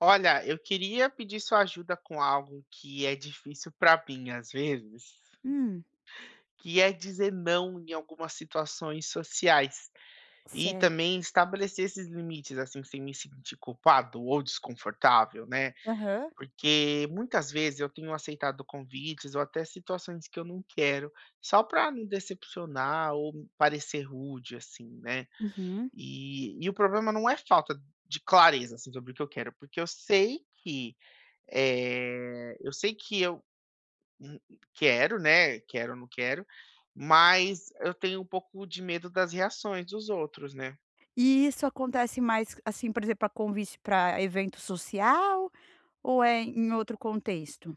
Olha, eu queria pedir sua ajuda com algo que é difícil para mim às vezes, Hum, que é dizer não em algumas situações sociais e certo. também estabelecer esses limites, assim, sem me sentir culpado ou desconfortável, né? Aham. Porque muitas vezes eu tenho aceitado convites ou até situações que eu não quero, só para não decepcionar ou parecer rude, assim, né? Uhum. E o problema não é falta de clareza assim, sobre o que eu quero, porque eu sei que eu sei que eu hum, quero, né, quero ou não quero, mas eu tenho um pouco de medo das reações dos outros, né. E isso acontece mais, assim, por exemplo, para convite para evento social ou é em outro contexto?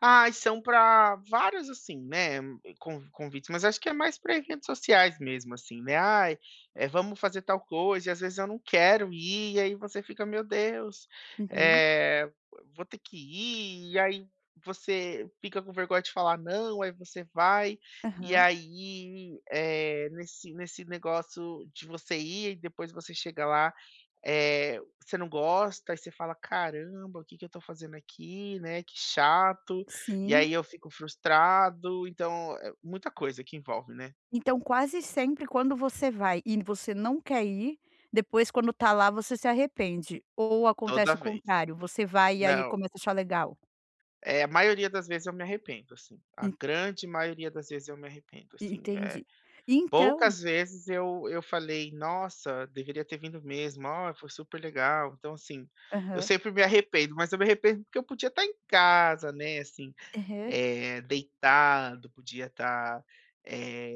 Ah, são para vários, assim, né, convites, mas acho que é mais para eventos sociais mesmo, assim, né. "Ai, vamos fazer tal coisa", e às vezes eu não quero ir, e aí você fica: "Meu Deus, Uhum. eh, vou ter que ir", e aí você fica com vergonha de falar não, aí você vai, e Aham. aí, nesse negócio de você ir e depois você chega lá você não gosta, aí você fala: "Caramba, o que que eu tô fazendo aqui, né, que chato". E Sim. aí eu fico frustrado, então é muita coisa que envolve, né, Então quase sempre quando você vai e você não quer ir, depois quando tá lá você se arrepende, ou toda acontece o vez. contrário, você vai e aí Não, começa a achar legal? é a maioria das vezes eu me arrependo, assim, a En grande maioria das vezes eu me arrependo, assim, Entendi. Então. poucas vezes eu falei: "Nossa, deveria ter vindo mesmo, ó, foi super legal". Então, assim, eu Aham. sempre me arrependo, mas eu me arrependo porque eu podia estar em casa, né, assim, Aham. Deitado, podia estar, eh,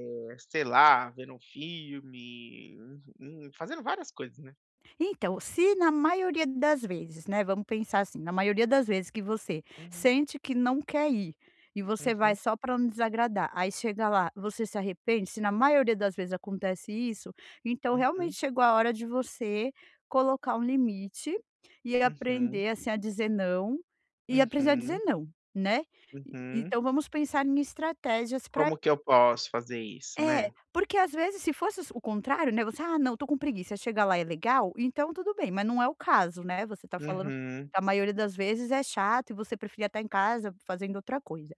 sei lá, vendo um filme, fazendo várias coisas, né. Então, se na maioria das vezes, né, vamos pensar assim, na maioria das vezes que você Uhum, sente que não quer ir, e você vai uhum, só para não desagradar, aí chega lá, você se arrepende, se na maioria das vezes acontece isso, então realmente uhum, chegou a hora de você colocar um limite, e uhum, aprender, assim, a dizer não, e aprender a dizer uhum, não, né. E uhum. então vamos pensar em estratégias para. Como que eu posso fazer isso, É, né. porque às vezes se fosse o contrário, né, você: "Ah não, tô com preguiça", chega lá é legal, então tudo bem, mas não é o caso, né, você tá falando que Uhum, a maioria das vezes é chato e você preferia estar em casa fazendo outra coisa.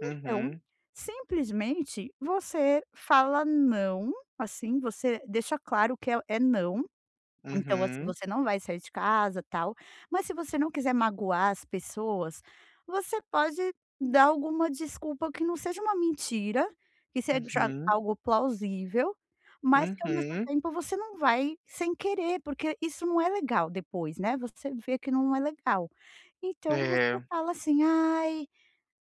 Então, uhum, simplesmente você fala não, assim, você deixa claro que é é não. Então, assim, uhum, você não vai sair de casa, tal, mas se você não quiser magoar as pessoas, você pode dar alguma desculpa que não seja uma mentira, que seja uhum, algo plausível, mas que ao mesmo uhum. tempo você não vai sem querer, porque isso não é legal depois, né, você vê que não é legal. Então você É. fala assim: "Ai,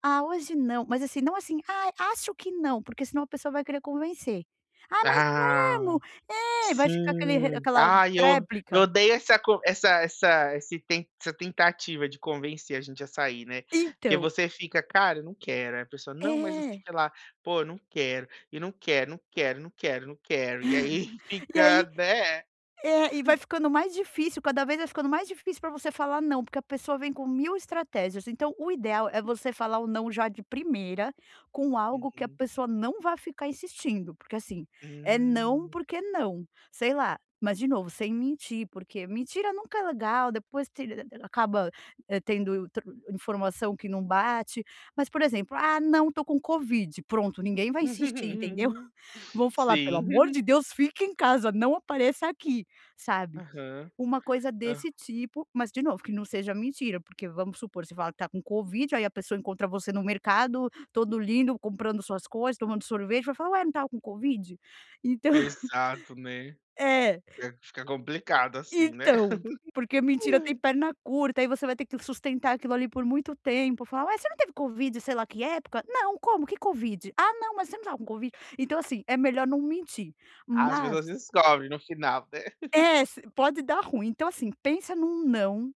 ah, hoje não", mas assim, não assim: "Ai, acho que não", porque senão a pessoa vai querer convencer. "Ah, mas Ah. mesmo? É", vai ficar aquele Sim. aquela Ai, eu tréplica. odeio essa co essa essa esse ten essa tentativa de convencer a gente a sair, né. Porque Então, você fica: "Cara, eu não quero", aí a pessoa: "Não, mas não sei o é. que lá". "Pô, eu não quero", e não quero não quero, não quero, não quero, e aí E fica, aí né. é, e vai ficando mais difícil, cada vez vai ficando mais difícil para você falar não, porque a pessoa vem com 1000 estratégias. Então o ideal é você falar o não já de primeira, com algo que a Uhum. pessoa não vá ficar insistindo, porque assim, é não Hum. porque não. Sei lá, mas de novo, sem mentir, porque mentira nunca é legal, depois te acaba, tendo tro informação que não bate. Mas, por exemplo: "Ah, não, tô com Covid", pronto, ninguém vai insistir, entendeu? Vão falar: "Pelo amor Sim. de Deus, fique em casa, não apareça aqui", sabe. Aham. Uma coisa Hã. desse tipo, mas de novo, que não seja mentira, porque vamos supor, você fala que tá com Covid, aí a pessoa encontra você no mercado, todo lindo, comprando suas coisas, tomando sorvete, vai falar: "Ué, não estava com Covid?". Então Exato, né. é, Fica complicado assim, né. então, porque mentira tem perna curta, aí você vai ter que sustentar aquilo ali por muito tempo, falar: "Ué, você não teve Covid, sei lá que época?". "Não, como? Que Covid?". "Ah, não, mas você não estava com Covid?". Então assim, é melhor não mentir, As mas pessoas descobrem no final, né. é, se pode dar ruim. Então, assim, pensa num não,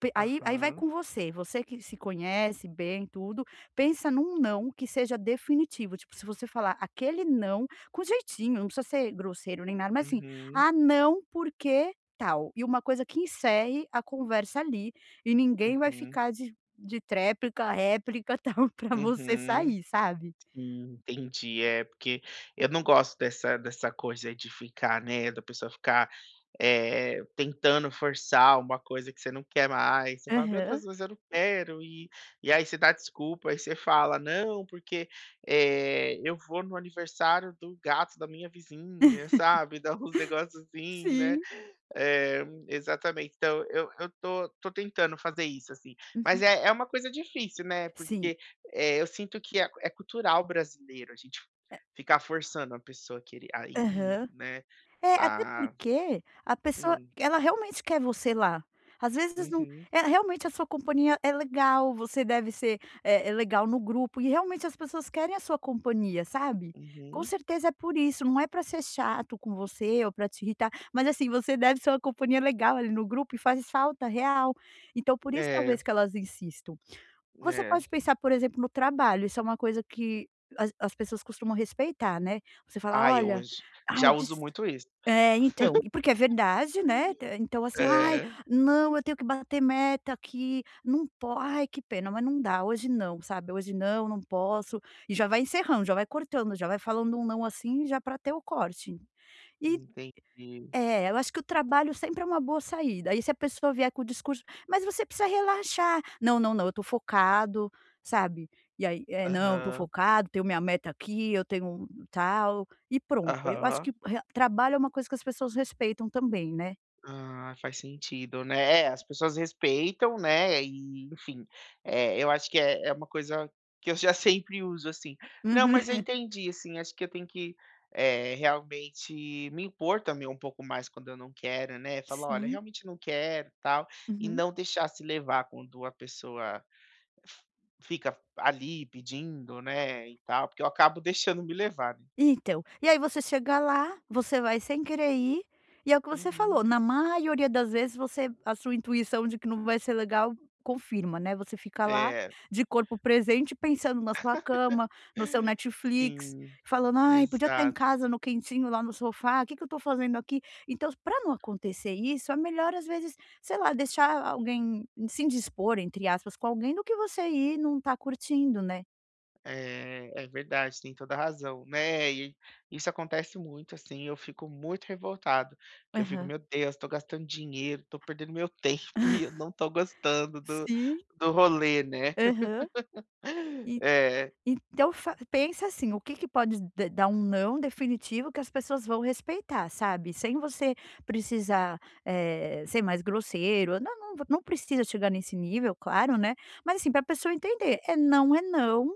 pe aí vai Aham. com você, você que se conhece bem, tudo, pensa num não que seja definitivo, tipo, se você falar aquele não com jeitinho, não precisa ser grosseiro nem nada, mas assim: Uhum. "Ah, não, porque tal", e uma coisa que encerre a conversa ali, e ninguém vai Uhum, ficar de tréplica, réplica, tal, pra você uhum, sair, sabe. sim, entendi. É, porque eu não gosto dessa coisa de ficar, né, da pessoa ficar, tentando forçar uma coisa que você não quer mais. Você fala: "Meu Deus, Aham. mas eu não quero", e aí você dá desculpa, aí você fala: "Não, porque, eu vou no aniversário do gato da minha vizinha", sabe, dá uns negócios assim, né. Sim. É, exatamente. Então eu tô tentando fazer isso, assim. Mas Uhum. é uma coisa difícil, né, Sim. porque, eu sinto que é cultural brasileiro a gente ficar forçando a pessoa a querer a ir, Aham. né, É, até a porque a pessoa, hum, ela realmente quer você lá. Às vezes não uhum, é realmente a sua companhia é legal, você deve ser, legal no grupo e realmente as pessoas querem a sua companhia, sabe. Com uhum. certeza é por isso, não é para ser chato com você ou para te irritar, mas assim, você deve ser uma companhia legal ali no grupo e faz falta real. Então por isso É, talvez que elas insistam. Você é. pode pensar, por exemplo, no trabalho, isso é uma coisa que as pessoas costumam respeitar, né. Você fala: Ah, eu "Olha, j ai já uso des" muito isso. É, então, e porque é verdade, né, então assim: "Ai, É, não, eu tenho que bater meta aqui, não posso, ai que pena, mas não dá, hoje não", sabe, "Hoje não, não posso", e já vai encerrando, já vai cortando, já vai falando um não assim já para ter o corte. entendi. É, eu acho que o trabalho sempre é uma boa saída. Aí se a pessoa vier com o discurso: "Mas você precisa relaxar". "Não, não, não, eu estou focado", sabe. E aí é: "Não, estou Aham, focado, tenho minha meta aqui, eu tenho um tal", e pronto. Eu acho aham. que re trabalho é uma coisa que as pessoas respeitam também, né. Ah, faz sentido, né. É, as pessoas respeitam, né, e enfim, eu acho que é uma coisa que eu já sempre uso, assim. Não, Uhum. mas eu entendi, assim, acho que eu tenho que, realmente me impor também um pouco mais quando eu não quero, né, falar: "Olha, Sim. realmente não quero", tal, e Uhum. não deixar se levar quando a pessoa f fica ali pedindo, né, e tal, porque eu acabo deixando me levar, né. Então, e aí você chega lá, você vai sem querer ir, é o que você Uhum. falou, na maioria das vezes você a sua intuição de que não vai ser legal confirma, né, você fica lá É. de corpo presente pensando na sua cama, no seu Netflix, Sim, falando: "Ai, podia estar em exato. casa no quentinho lá no sofá, o que que eu estou fazendo aqui?". Então, para não acontecer isso, é melhor às vezes, sei lá, deixar alguém "se indispor", entre aspas, com alguém do que você ir e não estar curtindo, né. É, é verdade, tem toda a razão, né, e isso acontece muito, assim, eu fico muito revoltado, que eu fico: Aham. "Meu Deus, tô gastando dinheiro, tô perdendo meu tempo e eu não tô gostando do Sim, do rolê", né. aham. É, Então fa pensa assim, o que que pode d dar um não definitivo que as pessoas vão respeitar, sabe, sem você precisar, ser mais grosseiro, não não não precisa chegar nesse nível, claro, né, mas assim, para a pessoa entender, é não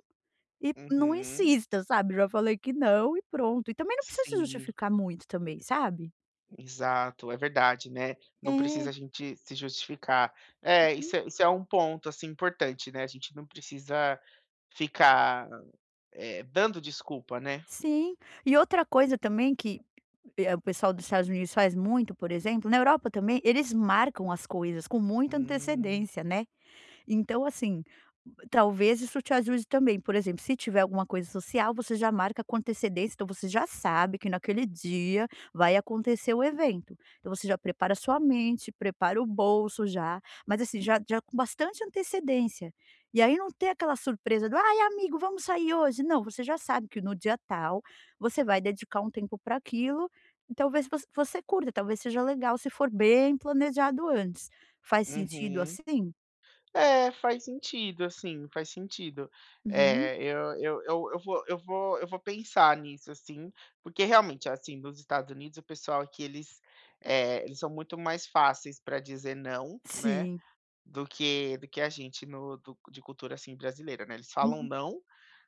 e não uhum, insista, sabe, já falei que não e pronto. E também não precisa se sim, justificar muito também, sabe. exato, é verdade, né, não precisa É, a gente se justificar. É, uhum, isso é um ponto, assim, importante, né, a gente não precisa ficar, dando desculpa, né. sim. E outra coisa também que. O pessoal dos Estados Unidos faz muito, por exemplo, na Europa também, eles marcam as coisas com muita Hum, antecedência, né. Então, assim, talvez isso te ajude também. Por exemplo, se tiver alguma coisa social, você já marca com antecedência, então você já sabe que naquele dia vai acontecer o evento. Então você já prepara sua mente, prepara o bolso já, mas assim, já já com bastante antecedência. E aí não tem aquela surpresa do: "Ai, amigo, vamos sair hoje". Não, você já sabe que no dia tal você vai dedicar um tempo para aquilo, e talvez você curta, talvez seja legal se for bem planejado antes. Faz sentido uhum. assim? É, faz sentido, assim, faz sentido. Uhum. É, eu vou pensar nisso, assim, porque realmente, assim, nos Estados Unidos o pessoal aqui eles, eles são muito mais fáceis para dizer não, né, Sim. do que a gente no do de cultura, assim, brasileira, né, eles falam Uhum. não,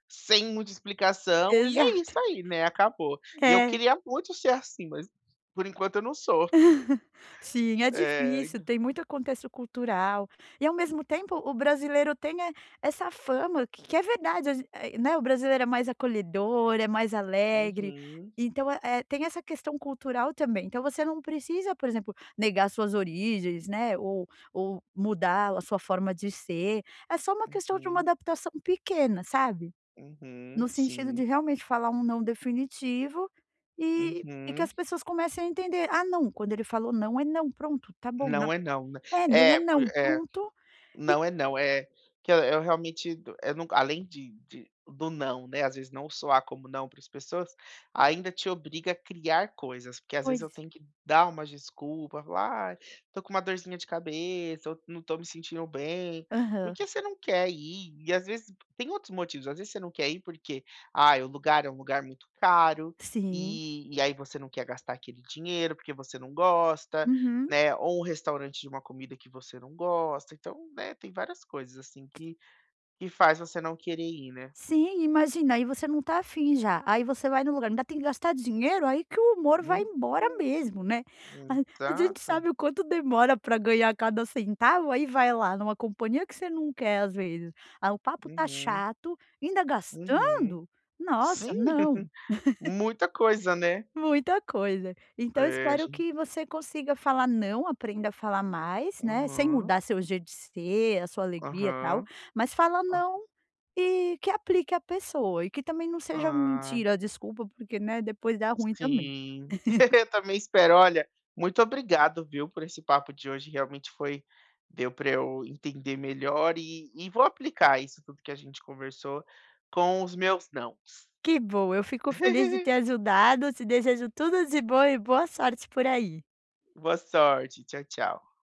sem muita explicação e é Exato. isso aí, né, acabou. E eu É. queria muito ser assim, mas por enquanto eu não sou. Sim, é É. difícil, tem muito contexto cultural. E, ao mesmo tempo, o brasileiro tem, essa fama que é verdade, a gen né, o brasileiro é mais acolhedor, é mais alegre, Uhum, então, tem essa questão cultural também. Então você não precisa, por exemplo, negar suas origens, né, ou mudar a sua forma de ser, é só uma questão de uma uhum, adaptação pequena, sabe? uhum, No sentido sim. de realmente falar um não definitivo e que Uhum. as pessoas comecem a entender: "Ah, não, quando ele falou não, é não, pronto, tá bom, não. Não é não, né. É, não é É, por não, pronto". E não é não, que eu realmente do eu não além de do não, né, às vezes não soar como não para as pessoas, ainda te obriga a criar coisas, porque às vezes Pois. eu tenho que dar umas desculpas, falar: "Ai, tô com uma dorzinha de cabeça, eu não tô me sentindo bem", Aham. porque você não quer ir, e às vezes tem outros motivos, às vezes você não quer ir porque, ah, o lugar é um lugar muito caro, Sim. e aí você não quer gastar aquele dinheiro, porque você não gosta, Uhum. né, ou um restaurante de uma comida que você não gosta, então, né, tem várias coisas, assim, que faz você não querer ir, né. Sim, imagina, aí você não tá afim já, aí você vai no lugar, ainda tem que gastar dinheiro, aí que o humor vai Uhum, embora mesmo, né. A uhum, a gente exato. sabe o quanto demora para ganhar cada centavo, aí vai lá numa companhia que você não quer às vezes, ah, o papo tá Uhum, chato, ainda uhum. gastando? Nossa, Sim, não, muita coisa, né. muita coisa. Então É, espero gen que você consiga falar não, aprenda a falar mais, né, sem aham, mudar seu jeito de ser, a sua alegria, e tal, aham, mas fala ah não. E que aplique à pessoa e que também não seja ah. mentira, desculpa, porque, né, depois dá ruim também. Sim, eu também espero. Olha, muito obrigado, viu, por esse papo de hoje. Realmente foi deu para eu entender melhor e vou aplicar isso tudo que a gente conversou com os meus não. Que bom, eu fico feliz de ter ajudado, te desejo tudo de bom e boa sorte por aí. Boa sorte. Tchau, tchau.